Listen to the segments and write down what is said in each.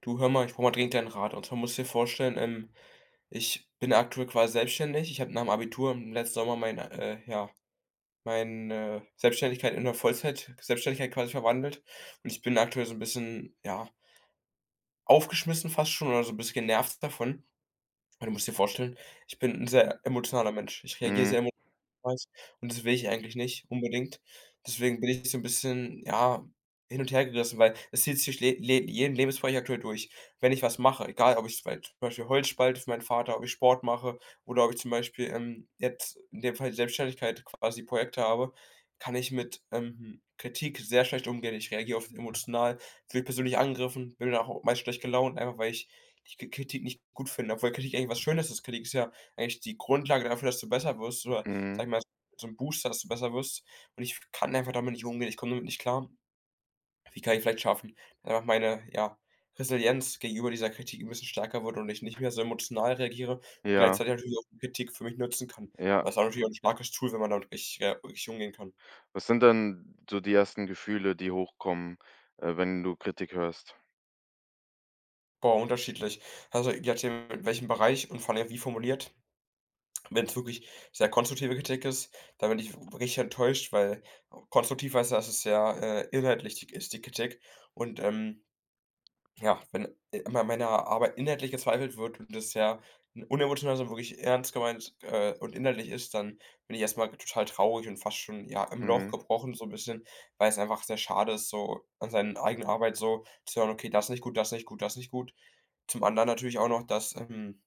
Du, hör mal, ich brauche mal dringend deinen Rat. Und zwar musst du dir vorstellen, ich bin aktuell quasi selbstständig. Ich habe nach dem Abitur im letzten Sommer meine, meine Selbstständigkeit in eine Vollzeit-Selbstständigkeit quasi verwandelt. Und ich bin aktuell so ein bisschen, ja, aufgeschmissen fast schon oder so ein bisschen genervt davon. Weil du musst dir vorstellen, ich bin ein sehr emotionaler Mensch. Ich reagiere Mhm, sehr emo Weiß. Und das will ich eigentlich nicht unbedingt. Deswegen bin ich so ein bisschen, ja, hin und hergerissen, weil es zieht sich le le jeden Lebensbereich aktuell durch. Wenn ich was mache, egal ob ich z zum Beispiel Holz spalte für meinen Vater, ob ich Sport mache oder ob ich zum Beispiel, jetzt in dem Fall die Selbstständigkeit quasi Projekte habe, kann ich mit, Kritik sehr schlecht umgehen. Ich reagiere oft emotional, fühle mich persönlich angegriffen, bin dann auch meist schlecht gelaunt, einfach weil ich die Kritik nicht gut finde, obwohl Kritik eigentlich was Schönes ist. Kritik ist ja eigentlich die Grundlage dafür, dass du besser wirst oder, mhm. sage ich mal, so 'n Booster, dass du besser wirst. Und ich kann einfach damit nicht umgehen. Ich komme damit nicht klar. Wie kann ich vielleicht schaffen, einfach meine, ja, Resilienz gegenüber dieser Kritik 'n bisschen stärker wird und ich nicht mehr so emotional reagiere und Ja, gleichzeitig natürlich auch die Kritik für mich nutzen kann. ja. Weil es auch natürlich auch 'n starkes Tool, wenn man damit richtig, ja, richtig umgehen kann. Was sind dann so die ersten Gefühle, die hochkommen, wenn du Kritik hörst? Boah, unterschiedlich. Also, je nachdem, in welchem Bereich und vor allem wie formuliert. Wenn's wirklich sehr konstruktive Kritik ist, dann bin ich richtig enttäuscht, weil konstruktiv heißt ja, dass es sehr, inhaltlich ist, die Kritik. Und, ja, wenn immer an meiner Arbeit inhaltlich gezweifelt wird und das ja unemotional, sondern wirklich ernst gemeint und inhaltlich ist, dann bin ich erstmal total traurig und fast schon ja im Loch Mhm. gebrochen, so ein bisschen, weil es einfach sehr schade ist, so an seiner eigenen Arbeit so zu hören, okay, das nicht gut, das nicht gut, das nicht gut. Zum anderen natürlich auch noch, dass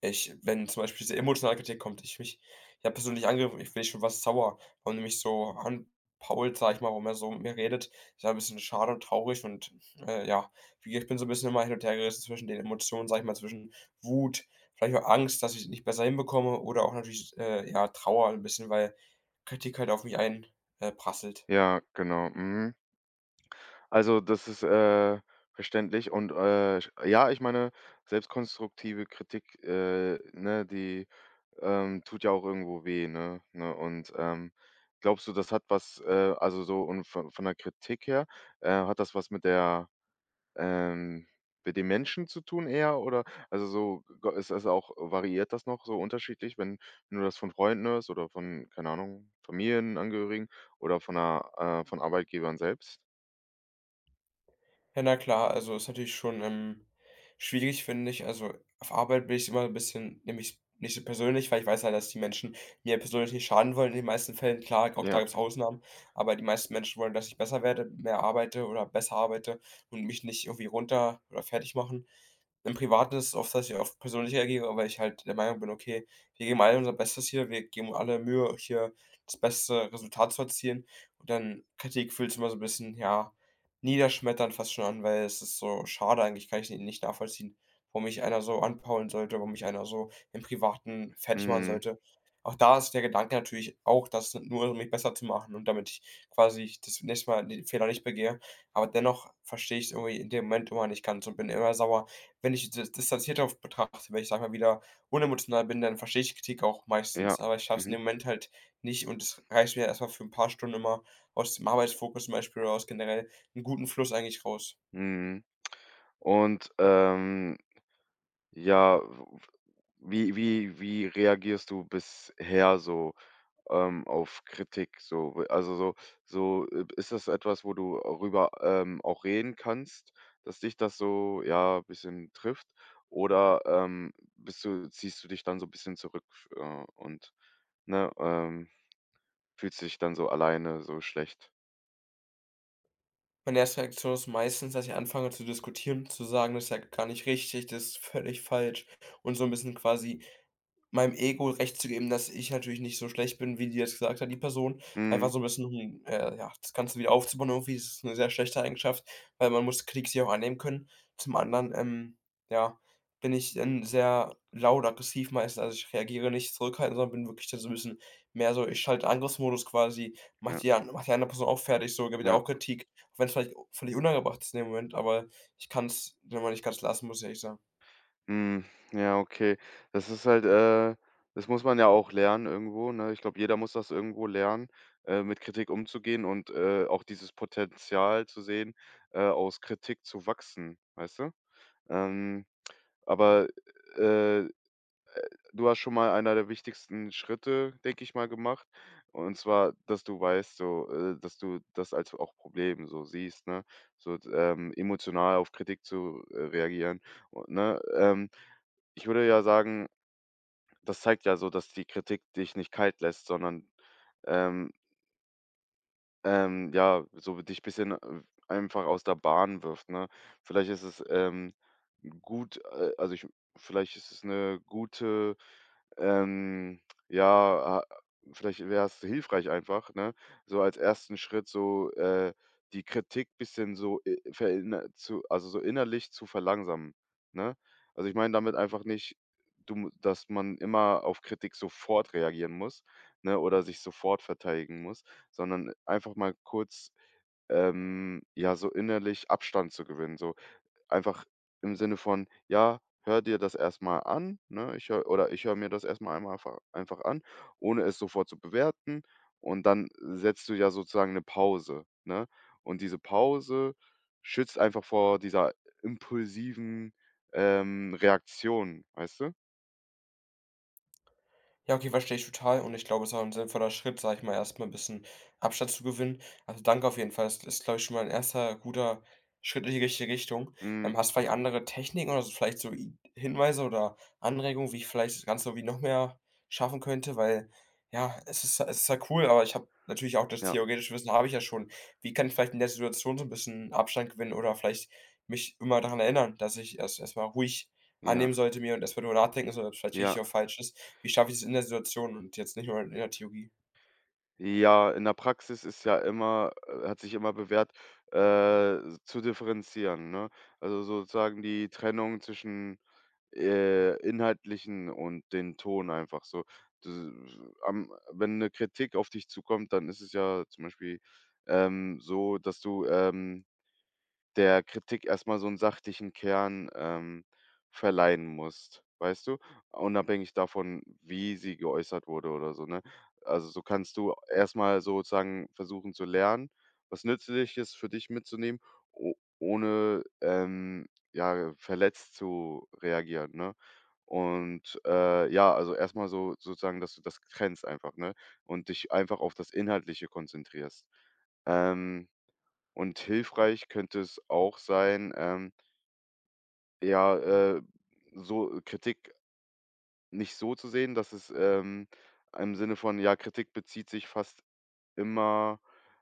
ich wenn zum Beispiel diese emotionale Kritik kommt, ich mich ich habe persönlich angegriffen, ich bin schon was sauer, warum die mich so anpault, sage ich mal, warum er so mit mir redet. Ist ja ein bisschen schade und traurig und, ja, wie gesagt, ich bin so ein bisschen immer hin und her gerissen zwischen den Emotionen, sage ich mal, zwischen Wut, vielleicht auch Angst, dass ich es nicht besser hinbekomme oder auch natürlich, ja, Trauer ein bisschen, weil Kritik halt auf mich ein prasselt. Ja, genau. Mhm. Also, das ist, verständlich und, sch ja, ich meine, selbstkonstruktive Kritik, ne, die, tut ja auch irgendwo weh, ne, ne? Und, glaubst du, das hat was, also so und von der Kritik her, hat das was mit der Ähm, mit den Menschen zu tun eher oder also, so g ist das auch variiert das noch so unterschiedlich, wenn du das von Freunden hörst oder von, keine Ahnung, Familienangehörigen oder von 'ner von Arbeitgebern selbst? Ja, na klar, also ist natürlich schon, schwierig, finde ich. Also, auf Arbeit bin ich immer ein bisschen nämlich nicht so persönlich, weil ich weiß halt, dass die Menschen mir persönlich nicht schaden wollen in den meisten Fällen. Klar, auch da Ja. gibt's Ausnahmen, aber die meisten Menschen wollen, dass ich besser werde, mehr arbeite oder besser arbeite und mich nicht irgendwie runter oder fertig machen. Im Privaten ist es oft, dass ich auf persönliche eingehe, weil ich halt der Meinung bin: „Okay, wir geben alle unser Bestes hier, wir geben alle Mühe, hier das beste Resultat zu erzielen.“ Und dann Kritik fühlt sich immer so ein bisschen, ja, niederschmetternd fast schon an, weil es ist so schade eigentlich, kann ich ni nicht nachvollziehen, warum mich einer so anpaulen sollte, warum mich einer so im Privaten fertig machen Mhm. sollte. Auch da ist der Gedanke natürlich auch, das nur um mich besser zu machen und damit ich quasi das nächste Mal den Fehler nicht begehe. Aber dennoch verstehe ich's irgendwie in dem Moment immer nicht ganz und bin immer sauer, wenn ich distanziert darauf betrachte, wenn ich, sage mal, wieder unemotional bin, dann verstehe ich Kritik auch Ja. meistens, aber ich schaffe es in Mhm. dem Moment halt nicht und es reicht mir erst mal für 'n paar Stunden immer aus dem Arbeitsfokus zum Beispiel oder aus generell 'n guten Fluss eigentlich raus. Mhm. Und, ja, w wie wie wie reagierst du bisher so, auf Kritik so. Also, so, ist das etwas, wo du rüber, auch reden kannst, dass dich das so, ja, ein bisschen trifft? Oder, bist du ziehst du dich dann so ein bisschen zurück, und, ne, fühlst dich dann so alleine, so schlecht? Meine erste Reaktion ist meistens, dass ich anfange zu diskutieren, zu sagen: „Das ist ja gar nicht richtig, das ist völlig falsch“ und so 'n bisschen quasi meinem Ego recht zu geben, dass ich natürlich nicht so schlecht bin, wie die jetzt gesagt hat, die Person. Einfach Mhm. so 'n bisschen, ja, das Ganze wieder aufzubauen irgendwie. Das ist 'ne sehr schlechte Eigenschaft, weil man muss Kritik sich auch annehmen können. Zum anderen, ja, bin ich dann sehr laut aggressiv meistens. Also, ich reagiere nicht zurückhaltend, sondern bin wirklich dann so 'n bisschen mehr so ich schalte Angriffsmodus quasi, Ja, mache die andere Person auch fertig so, gebe ihr ja. auch Kritik, auch wenn's vielleicht völlig unangebracht ist in dem Moment, aber ich kann's dann mal nicht ganz lassen, muss ich ehrlich sagen. Hm, ja, okay. Das ist halt, das muss man ja auch lernen irgendwo, ne? Ich glaube, jeder muss das irgendwo lernen, mit Kritik umzugehen und, auch dieses Potenzial zu sehen, aus Kritik zu wachsen, weißt du? Ähm, aber, äh, du hast schon mal einer der wichtigsten Schritte, denke ich mal, gemacht. Und zwar, dass du weißt so, dass du das als auch Problem so siehst, ne? So, emotional auf Kritik zu, reagieren und, ne? Ich würde ja sagen, das zeigt ja so, dass die Kritik dich nicht kalt lässt, sondern, ähm, ja, so dich ein bisschen, einfach aus der Bahn wirft, ne? Vielleicht ist es, gut, also ich, vielleicht ist es eine gute, ähm, ja, a vielleicht wäre es hilfreich einfach, ne, so als ersten Schritt so, die Kritik bisschen so, verinner zu also, so innerlich zu verlangsamen, ne? Also, ich meine damit einfach nicht, du mu dass man immer auf Kritik sofort reagieren muss, ne, oder sich sofort verteidigen muss, sondern einfach mal kurz, ja, so innerlich Abstand zu gewinnen, so einfach im Sinne von: „Ja, hör dir das erstmal an", ne? Ich höre mir das erstmal einmal einfach an, ohne es sofort zu bewerten. Und dann setzt du ja sozusagen eine Pause, ne? Und diese Pause schützt einfach vor dieser impulsiven, Reaktion, weißt du? Ja, okay, verstehe ich total und ich glaube, es ist auch ein sinnvoller Schritt, sage ich mal, erstmal mal bisschen Abstand zu gewinnen. Also, danke auf jeden Fall. Das ist, glaube ich, schon mal ein erster guter Schritt in die richtige Richtung. Mhm. Hast du vielleicht andere Techniken oder so vielleicht so I Hinweise oder Anregungen, wie ich vielleicht das Ganze irgendwie noch mehr schaffen könnte? Weil, ja, es ist ja cool, aber ich habe natürlich auch das Ja, theoretische Wissen habe ich ja schon. Wie kann ich vielleicht in der Situation so ein bisschen Abstand gewinnen oder vielleicht mich immer daran erinnern, dass ich erstmal ruhig ja, annehmen sollte, mir und erst mal drüber nachdenken soll, ob's vielleicht richtig ja. oder falsch ist. Wie schaffe ich es in der Situation und jetzt nicht nur in der Theorie? Ja, in der Praxis ist ja immer, hat sich immer bewährt, zu differenzieren, ne? Also sozusagen die Trennung zwischen, inhaltlichen und den Ton einfach so. D am wenn eine Kritik auf dich zukommt, dann ist es ja zum Beispiel, so, dass du, der Kritik erstmal so 'n sachlichen Kern, verleihen musst, weißt du? Unabhängig davon, wie sie geäußert wurde oder so, ne? Also, so kannst du erstmal sozusagen versuchen zu lernen, was Nützliches für dich mitzunehmen, o ohne, ja, verletzt zu reagieren, ne? Und, ja, also, erstmal so sozusagen, dass du das trennst einfach, ne? Und dich einfach auf das Inhaltliche konzentrierst. Ähm und hilfreich könnte es auch sein, ja, so Kritik nicht so zu sehen, dass es, im Sinne von, ja, Kritik bezieht sich fast immer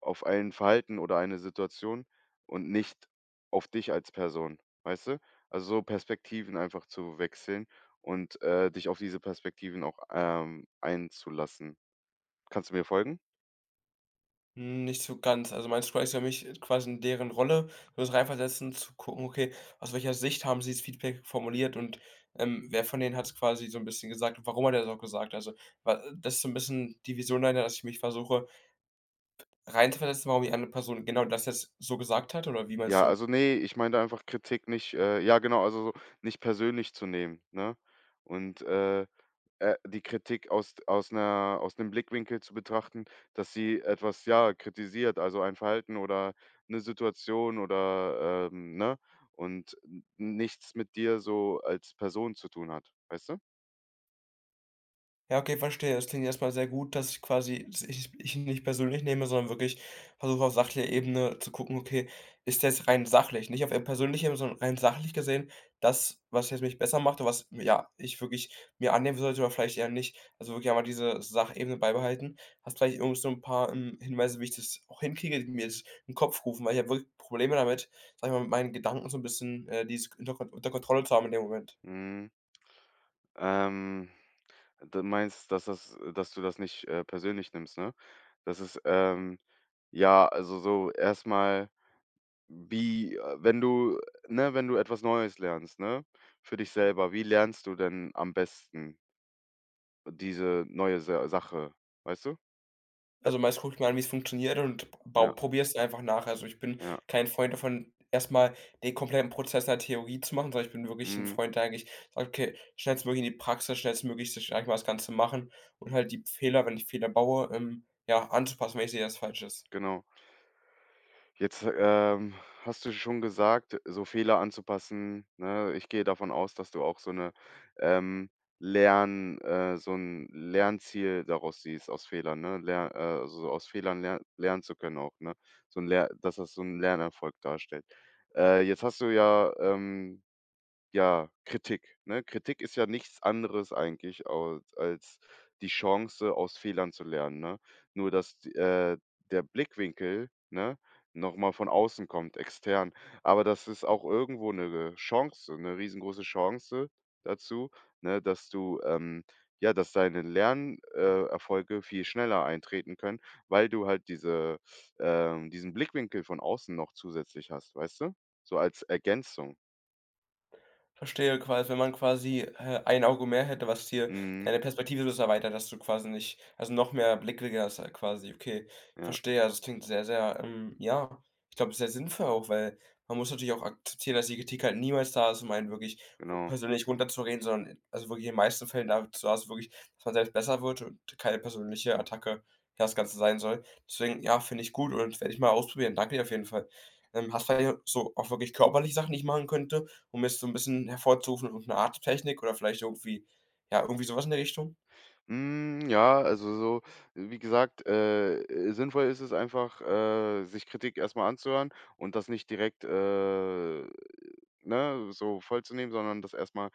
auf ein Verhalten oder eine Situation und nicht auf dich als Person, weißt du? Also, so Perspektiven einfach zu wechseln und, dich auf diese Perspektiven auch, einzulassen. Kannst du mir folgen? Hm, nicht so ganz. Also, mein Scroll ist für mich quasi in deren Rolle, das reinversetzen, zu gucken, okay, aus welcher Sicht haben sie das Feedback formuliert und, wer von denen hat es quasi so ein bisschen gesagt und warum hat er's auch gesagt? Also, wa das ist so ein bisschen die Vision dahinter, dass ich mich versuche, reinzuversetzen, warum die andere Person genau das jetzt so gesagt hat oder wie meinst Ja, du? also nee, ich meinte einfach Kritik nicht, ja genau, also so nicht persönlich zu nehmen, ne? Und, die Kritik aus 'nem Blickwinkel zu betrachten, dass sie etwas, ja, kritisiert, also ein Verhalten oder eine Situation oder, ne? Und n nichts mit dir so als Person zu tun hat, weißt du? Ja, okay, verstehe. Das klingt erstmal sehr gut, dass ich quasi dass ich nicht persönlich nehme, sondern wirklich versuche, auf sachlicher Ebene zu gucken: „Okay, ist das rein sachlich, nicht auf eher persönlicher, Ebene, sondern rein sachlich gesehen, das, was jetzt mich besser macht und was, ja, ich wirklich mir annehmen sollte oder vielleicht eher nicht.“ Also, wirklich einmal diese Sachebene beibehalten. Hast vielleicht irgendwie so ein paar, Hinweise, wie ich das auch hinkriege, die mir jetzt in den Kopf rufen, weil ich habe wirklich Probleme damit, sag ich mal, mit meinen Gedanken so ein bisschen, dieses unter Kontrolle zu haben in dem Moment. Mhm, ähm, du meinst, dass das dass du das nicht, persönlich nimmst, ne? Das ist, ja, also so erstmal. Wie wenn du ne, wenn du etwas Neues lernst, ne, für dich selber, wie lernst du denn am besten diese neue, Sa Sache, weißt du? Äh, Also, meist gucke ich mir an, wie es funktioniert und bau ja, probiere es einfach nach. Also, ich bin ja. kein Freund davon, erstmal den kompletten Prozess in der Theorie zu machen, sondern ich bin wirklich ein Mhm, Freund, der eigentlich sagt: „Okay, schnellstmöglich in die Praxis, schnellstmöglich sich eigentlich mal das Ganze machen“ und halt die Fehler, wenn ich Fehler baue, ja, anzupassen, wenn ich sehe, dass es falsch ist. genau. Jetzt, hast du schon gesagt, so Fehler anzupassen, ne? Ich gehe davon aus, dass du auch so 'ne, ähm, Lern so 'n Lernziel daraus siehst aus Fehlern, ne? Ler also aus Fehlern lernen zu können auch, ne? So 'n Ler dass das so ein Lernerfolg darstellt. Jetzt hast du ja, ja, Kritik, ne? Kritik ist ja nichts anderes eigentlich, au als die Chance, aus Fehlern zu lernen, ne? Nur dass, der Blickwinkel, ne, noch mal von außen kommt, extern. Aber das ist auch irgendwo eine Chance, eine riesengroße Chance dazu, ne, dass du, ja, dass deine Lernerfolge Erfolge viel schneller eintreten können, weil du halt diesen Blickwinkel von außen noch zusätzlich hast, weißt du? So als Ergänzung. Verstehe quasi, wenn man quasi, ein Auge mehr hätte, was dir Mhm, deine Perspektive so erweitert, dass du quasi nicht also, noch mehr Blickwinkel hast, quasi. Okay, ja. verstehe. Also, es klingt sehr, sehr, ja, ich glaube, sehr sinnvoll auch, weil man muss natürlich auch akzeptieren, dass die Kritik halt niemals da ist, um einen wirklich ru Genau. persönlich runterzureden, sondern also, wirklich in den meisten Fällen dazu da ist wirklich, dass man selbst besser wird und keine persönliche Attacke, ja, das Ganze sein soll. Deswegen, ja, finde ich gut und werde ich mal ausprobieren. Danke dir auf jeden Fall. Hast du vielleicht so auch wirklich körperliche Sachen, die ich machen könnte? Um es so 'n bisschen hervorzurufen, irgend 'ne Art Technik oder vielleicht irgendwie ja, irgendwie so was in der Richtung? Hm, ja, also so, wie gesagt, sinnvoll ist es einfach, sich Kritik erstmal anzuhören und das nicht direkt, ne, so vollzunehmen, sondern das erstmal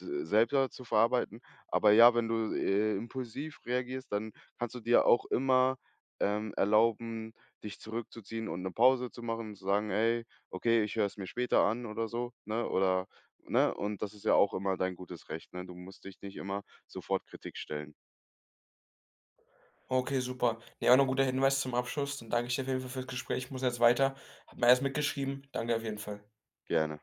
mal selber zu verarbeiten. Aber ja, wenn du, impulsiv reagierst, dann kannst du dir auch immer, erlauben, dich zurückzuziehen und eine Pause zu machen und zu sagen: „Ey, okay, ich höre es mir später an" oder so, ne? Oder ne? Und das ist ja auch immer dein gutes Recht, ne? Du musst dich nicht immer sofort Kritik stellen. Okay, super. Ne, auch 'n guter Hinweis zum Abschluss. Dann danke ich dir auf jeden Fall fürs Gespräch. Ich muss jetzt weiter. Habe mir alles mitgeschrieben. Danke auf jeden Fall. Gerne.